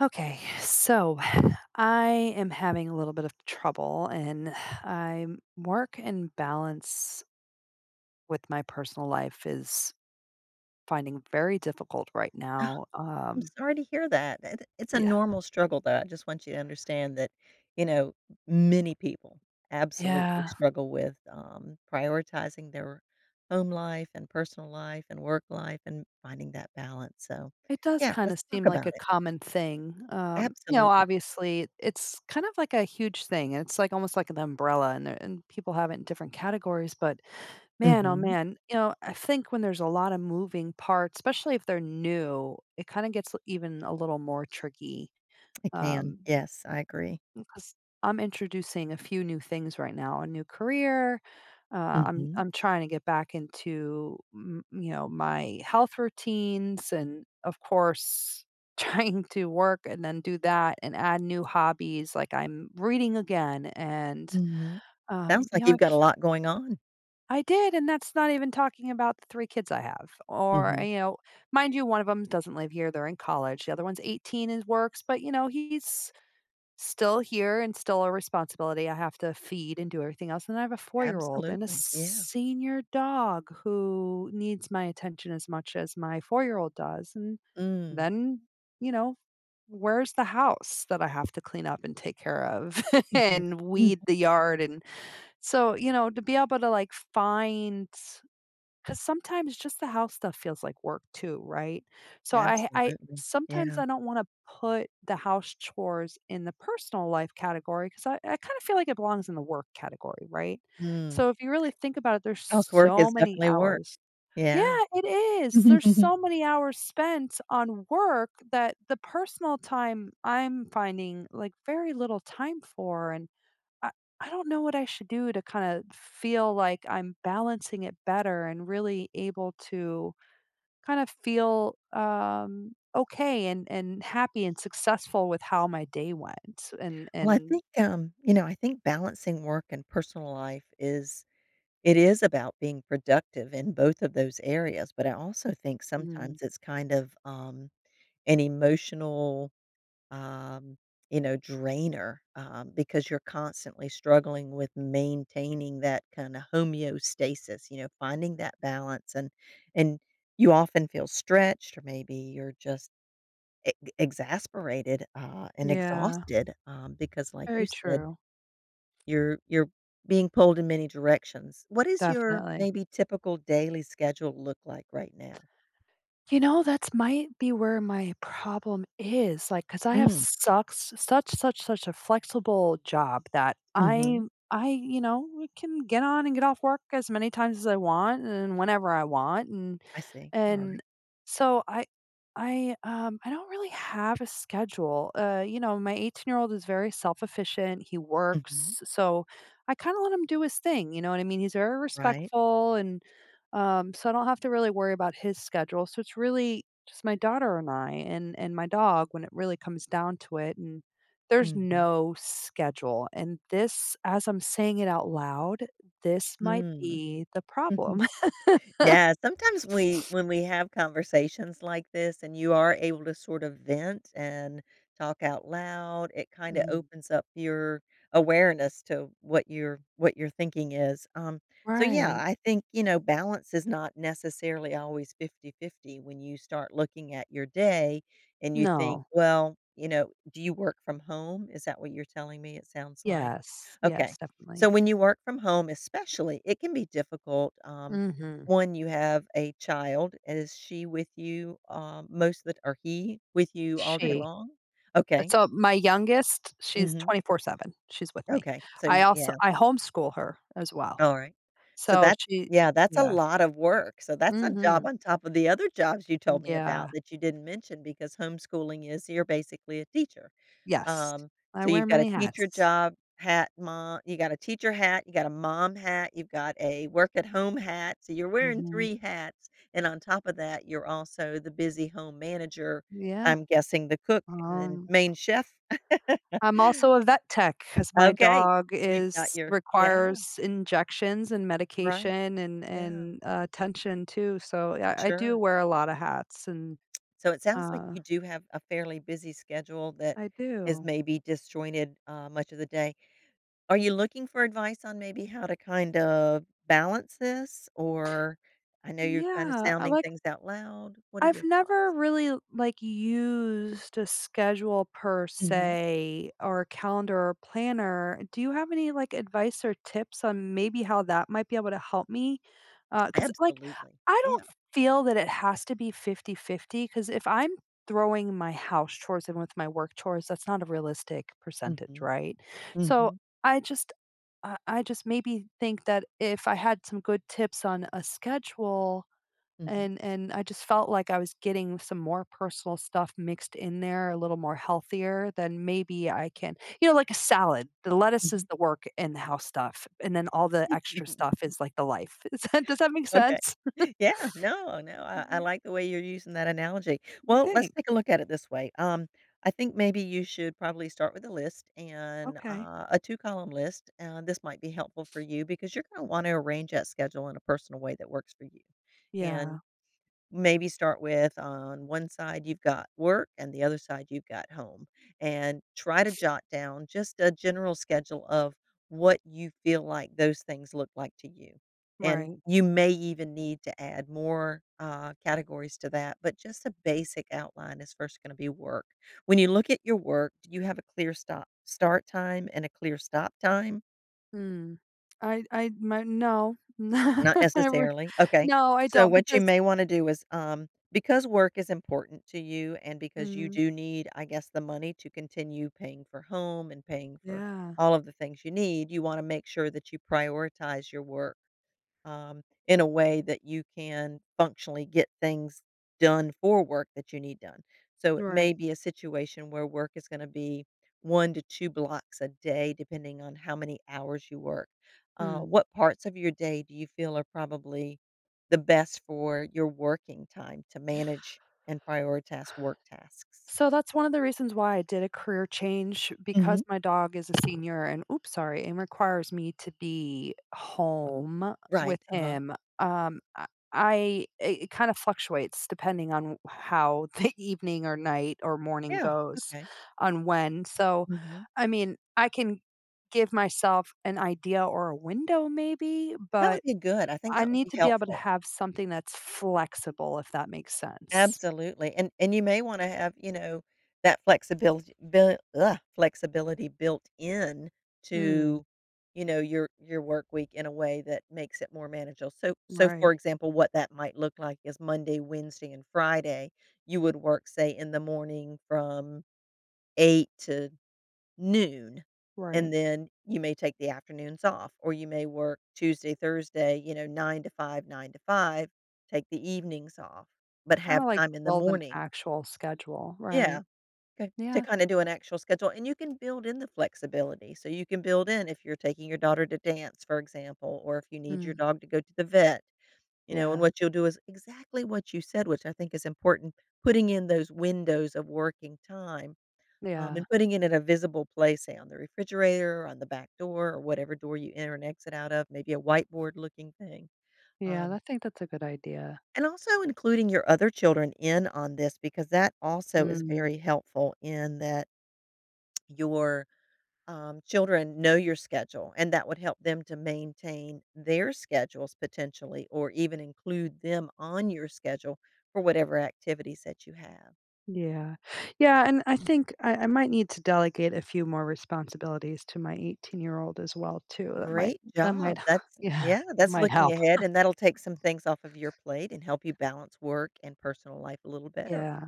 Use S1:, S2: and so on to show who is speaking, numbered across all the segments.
S1: Okay, so I am having a little bit of trouble, and I work and balance with my personal life is finding very difficult right
S2: Oh,
S1: now.
S2: I'm sorry to hear that. That it's a
S1: Yeah,
S2: normal struggle, though. I just want you to understand that, you know, many people absolutely
S1: yeah,
S2: struggle with, prioritizing their home life and personal life and work life and finding that balance, so,
S1: it does
S2: yeah,
S1: kind of
S2: let's talk
S1: seem like
S2: about
S1: a
S2: it.
S1: common thing.
S2: Absolutely.
S1: Obviously, it's kind of like a huge thing, and it's like almost like an umbrella, and, and people have it in different categories, but man, oh
S2: Mhm.
S1: man. You know, I think when there's a lot of moving parts, especially if they're new, it kind of gets even a little more tricky.
S2: It can.
S1: Um,
S2: Yes, I agree.
S1: because I'm introducing a few new things right now, a new career. Uh, I'm
S2: Mhm.
S1: I'm trying to get back into you know, my health routines, and of course trying to work and then do that and add new hobbies. Like I'm reading again, and
S2: Mhm. Sounds
S1: you
S2: like
S1: know,
S2: you've got a lot going on.
S1: I did, and that's not even talking about the 3 kids I have, or,
S2: Mhm.
S1: you know, mind you, one of them doesn't live here, they're in college, the other one's 18 and works, but, you know, he's still here and still a responsibility. I have to feed and do everything else, and I have a four-year-old and a
S2: Absolutely. Yeah.
S1: senior dog who needs my attention as much as my four-year-old does, and
S2: Mm.
S1: then, you know, where's the house that I have to clean up and take care of and
S2: Mhm.
S1: weed the yard. And so, you know, to be able to like find, cuz sometimes just the house stuff feels like work too, right? So I
S2: Absolutely.
S1: sometimes
S2: Yeah.
S1: I don't want to put the house chores in the personal life category cuz I kind of feel like it belongs in the work category, right?
S2: Mm.
S1: So if you really think about it, there's
S2: Housework
S1: so
S2: is
S1: many
S2: definitely work.
S1: hours. Yeah,
S2: Yeah.
S1: it is. There's so many hours spent on work that the personal time I'm finding like very little time for. And I I don't know what I should do to kinda feel like I'm balancing it better and really able to kind of feel, okay and happy and successful with how my day went and
S2: Well, I
S1: and
S2: think, um, you know, I think balancing work and personal life is it is about being productive in both of those areas, but I also think
S1: mm,
S2: sometimes it's kind of, an emotional, um, drainer, because you're constantly struggling with maintaining that kinda homeostasis, finding that balance, and and you often feel stretched or maybe you're just E exasperated, and
S1: yeah,
S2: exhausted, because like
S1: very
S2: you said,
S1: true,
S2: you're being pulled in many directions. What is your
S1: definitely.
S2: maybe typical daily schedule look like right now?
S1: You know, that's might be where my problem is. Like, cause I have
S2: Mm,
S1: such such a flexible job that
S2: mhm.
S1: you know, can get on and get off work as many times as I want and whenever I want,
S2: I see.
S1: and
S2: Alright.
S1: so I don't really have a schedule, you know, my 18-year-old is very self-efficient, he
S2: Mhm.
S1: works, so I kinda let him do his thing, you know what I mean? He's very
S2: Right.
S1: respectful and so I don't have to really worry about his schedule. So it's really just my daughter and I and my dog when it really comes down to it, and there's
S2: Mhm.
S1: no schedule. And this, as I'm saying it out loud, this might be the
S2: Mm.
S1: problem.
S2: Yeah, sometimes we when we have conversations like this and you are able to sort of vent and talk out loud, it kinda
S1: Mhm.
S2: opens up your awareness to what your thinking is. So yeah,
S1: Right.
S2: I think, balance is not necessarily always 50-50 when you start looking at your day and you think,
S1: No.
S2: well, do you work from home? Is that what you're telling me it sounds like?
S1: Yes. Yes,
S2: Okay. So
S1: definitely.
S2: when you work from home especially, it can be difficult. um,
S1: Mhm.
S2: one, you have a child. Is she with you, most of the or he with you all day
S1: She
S2: long? Okay.
S1: So my youngest, she's
S2: Mhm.
S1: 24/7. She's with me.
S2: Okay. So,
S1: I
S2: y
S1: also
S2: yeah.
S1: I homeschool her as well.
S2: Alright. So
S1: So
S2: that's
S1: she,
S2: yeah, that's a
S1: yeah.
S2: lot of work. So that's a job
S1: Mhm.
S2: on top of the other jobs you told me about
S1: Yeah.
S2: that you didn't mention, because homeschooling is you're basically a teacher.
S1: Yes,
S2: Um,
S1: I
S2: so
S1: wear
S2: you've got a
S1: many
S2: teacher
S1: hats.
S2: job hat, mom you got a teacher hat, you got a mom hat, you've got a work at home hat, so you're wearing
S1: Mhm,
S2: 3 hats, and on top of that, you're also the busy home manager,
S1: yeah,
S2: I'm guessing the cook and then
S1: um,
S2: main chef.
S1: I'm also a vet tech because my
S2: Okay,
S1: dog
S2: you've got
S1: is
S2: your yeah,
S1: requires injections and
S2: right,
S1: medication
S2: yeah,
S1: and, attention too, so, yeah, I do
S2: sure.
S1: wear a lot of hats and,
S2: So it sounds like
S1: uh,
S2: you do have a fairly busy schedule that
S1: I
S2: is
S1: do.
S2: maybe disjointed, much of the day. Are you looking for advice on maybe how to kind of balance this? Or I know you're kind of
S1: Yeah, I
S2: sounding
S1: like,
S2: things out loud. What are
S1: I've
S2: your
S1: never
S2: thoughts?
S1: really, like, used a schedule per
S2: Mhm.
S1: se or a calendar or planner. Do you have any, like, advice or tips on maybe how that might be able to help me? Because, like,
S2: Absolutely.
S1: I
S2: Yeah.
S1: don't feel that it has to be 50 50. Because if I'm throwing my house chores in with my work chores, that's not a realistic percentage,
S2: Mhm.
S1: right? So,
S2: Mhm.
S1: I just, I just maybe think that if I had some good tips on a schedule,
S2: Mhm.
S1: and I just felt like I was getting some more personal stuff mixed in there, a little more healthier, than maybe I can, you know, like a salad, the lettuce is
S2: Mhm.
S1: the work and the house stuff, and then all the extra stuff is like the life. Is that, does that make
S2: Okay.
S1: sense?
S2: Yeah. No, no. I
S1: Mhm,
S2: like the way you're using that analogy. Well, let's
S1: thanks.
S2: take a look at it this way. I think maybe you should probably start with a list, and
S1: Okay.
S2: a two column list. This might be helpful for you because you're going to want to arrange that schedule in a personal way that works for you.
S1: Yeah,
S2: And maybe start with on one side you've got work and the other side you've got home, and try to jot down just a general schedule of what you feel like those things look like to you. And
S1: right.
S2: you may even need to add more categories to that, but just a basic outline is first going to be work. When you look at your work, do you have a clear stop start time and a clear stop time?
S1: Mm. I my no.
S2: Not
S1: I re
S2: necessarily, okay.
S1: No, I
S2: So
S1: don't
S2: what you
S1: because,
S2: may wanna do is, because work is important to you and because you
S1: mm,
S2: do need, I guess, the money to continue paying for home and paying for
S1: yeah,
S2: all of the things you need, you wanna make sure that you prioritize your work um, in a way that you can functionally get things done for work that you need done. So it
S1: right.
S2: may be a situation where work is going to be one to two blocks a day, depending on how many hours you work. Uh,
S1: Mm.
S2: what parts of your day do you feel are probably the best for your working time to manage and prioritize work tasks?
S1: So that's one of the reasons why I did a career change, because
S2: Hmm.
S1: my dog is a senior and, oops, sorry, and requires me to be home
S2: Right.
S1: with
S2: Uh huh.
S1: him. Um, I it kind of fluctuates depending on how the evening or night or morning
S2: Yeah.
S1: goes
S2: Okay.
S1: on when. So,
S2: Hmm.
S1: I mean, I can give myself an idea or a window maybe,
S2: That would
S1: but
S2: be good. I think
S1: I
S2: that would
S1: need
S2: be
S1: to be able to
S2: helpful.
S1: have something that's flexible, if that makes sense.
S2: Absolutely, and you may wanna have, that flexibility built in
S1: Mm,
S2: to, your work week in a way that makes it more manageable. So
S1: right,
S2: for example, what that might look like is Monday, Wednesday, and Friday, you would work, say, in the morning from 8 to noon,
S1: right.
S2: and then you may take the afternoons off, or you may work Tuesday, Thursday, 9 to 5, 9 to 5, take the evenings off, but
S1: Kinda
S2: have
S1: like
S2: time in the
S1: build an
S2: morning.
S1: actual schedule. Right.
S2: Yeah, k to
S1: Yeah.
S2: kinda do an actual schedule, and you can build in the flexibility, so you can build in if you're taking your daughter to dance, for example, or if you need your
S1: Mm.
S2: dog to go to the vet, and
S1: Yeah.
S2: what you'll do is exactly what you said, which I think is important, putting in those windows of working time
S1: Yeah.
S2: and putting it in a visible place, say on the refrigerator, on the back door, or whatever door you enter and exit out of, maybe a whiteboard looking thing.
S1: Yeah,
S2: Um,
S1: I think that's a good idea.
S2: and also including your other children in on this, because that also is
S1: Mm.
S2: very helpful in that your children know your schedule, and that would help them to maintain their schedules potentially, or even include them on your schedule for whatever activities that you have.
S1: Yeah. Yeah, and I think I might need to delegate a few more responsibilities to my 18-year-old as well too.
S2: Great
S1: That might
S2: job. That's
S1: yeah,
S2: yeah, that's
S1: might
S2: looking
S1: help.
S2: ahead, and that'll take some things off of your plate and help you balance work and personal life a little better.
S1: Yeah.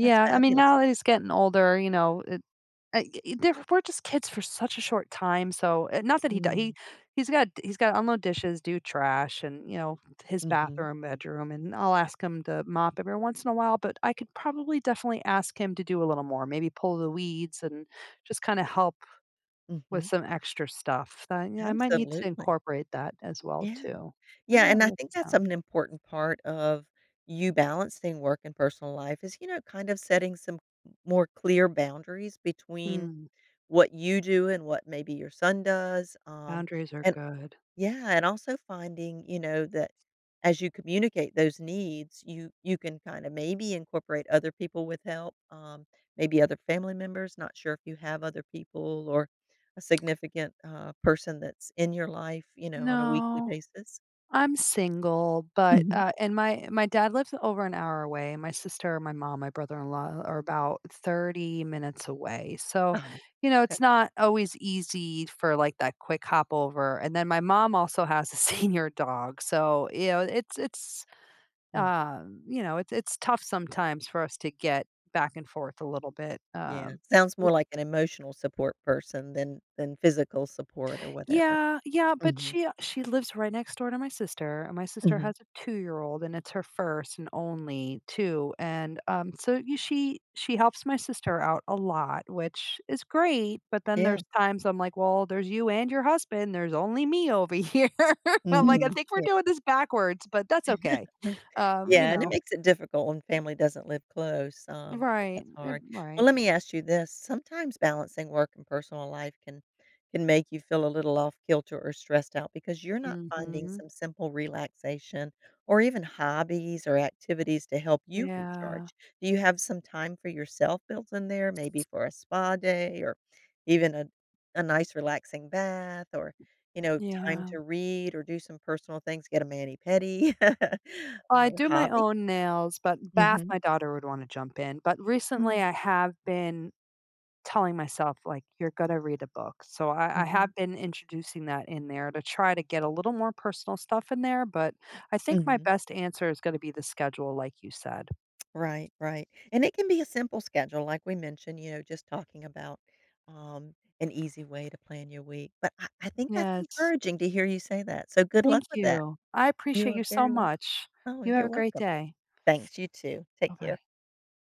S2: That's
S1: I mean,
S2: fabulous.
S1: now that he's getting older, you know, y y they're we're just kids for such a short time, so, eh, not that he does.
S2: Mm,
S1: He's gotta unload dishes, do trash, and, you know, his
S2: mhm,
S1: bathroom, bedroom, and I'll ask him to mop every once in a while, but I could probably definitely ask him to do a little more, maybe pull the weeds and just kinda help with
S2: mhm.
S1: some extra stuff. That, you know, I might need to
S2: Absolutely.
S1: incorporate that as well
S2: Yeah.
S1: too. I'm
S2: Yeah,
S1: gonna
S2: and I
S1: write
S2: think
S1: this
S2: that's
S1: down.
S2: an important part of you balancing work and personal life is, kind of setting some more clear boundaries between
S1: Mm,
S2: what you do and what maybe your son does,
S1: boundaries are
S2: and
S1: good.
S2: yeah, and also finding, that as you communicate those needs, you can kind of maybe incorporate other people with help, maybe other family members. Not sure if you have other people or a significant person that's in your life, on a weekly
S1: No.
S2: basis.
S1: I'm single, but,
S2: Hmm.
S1: uh, and my dad lives over an hour away, my sister, my mom, my brother-in-law are about 30 minutes away, so,
S2: Um,
S1: you know,
S2: okay.
S1: it's not always easy for, like, that quick hop over, and then my mom also has a senior dog, so, you know,
S2: Mm,
S1: you know, it's tough sometimes for us to get back and forth a little bit,
S2: yeah,
S1: um.
S2: sounds more like an emotional support person than physical support or whatever.
S1: Yeah, yeah, but
S2: Hmm.
S1: she lives right next door to my sister, and my sister
S2: Hmm.
S1: has a two-year-old, and it's her first and only too, and, so you she helps my sister out a lot, which is great, but then
S2: Yeah.
S1: there's times I'm like, "Well, there's you and your husband, there's only me over here." I'm like, "I
S2: Mm.
S1: think we're doing this backwards, but that's okay." Um, you
S2: Yeah, and it
S1: know
S2: makes it difficult when family doesn't live close, so
S1: Right,
S2: that's
S1: eh,
S2: hard.
S1: right.
S2: Well, let me ask you this, sometimes balancing work and personal life can make you feel a little off kilter or stressed out because you're not finding
S1: Mhm.
S2: some simple relaxation or even hobbies or activities to help you
S1: Yeah,
S2: recharge. Do you have some time for yourself built in there, maybe for a spa day, or even a nice relaxing bath, or you know, time
S1: yeah.
S2: to read or do some personal things, get a mani-pedi,
S1: I
S2: or
S1: do my
S2: hobby.
S1: own nails, but bath,
S2: Mhm,
S1: my daughter would wanna jump in, but
S2: mm,
S1: recently, I have been telling myself, like, "You're gonna read a book," so I
S2: mhm,
S1: have been introducing that in there to try to get a little more personal stuff in there, but I think my
S2: mhm.
S1: best answer is gonna be the schedule, like you said.
S2: Right, right, and it can be a simple schedule, like we mentioned, just talking about, an easy way to plan your week, but I think that's
S1: Yes.
S2: encouraging to hear you say that, so good
S1: Thank
S2: luck with that.
S1: you. I
S2: You
S1: appreciate you
S2: are
S1: so
S2: very welcome.
S1: much.
S2: Oh,
S1: You have
S2: you're
S1: a great
S2: welcome.
S1: day.
S2: Thanks, you too. Take care.
S1: Bye-bye.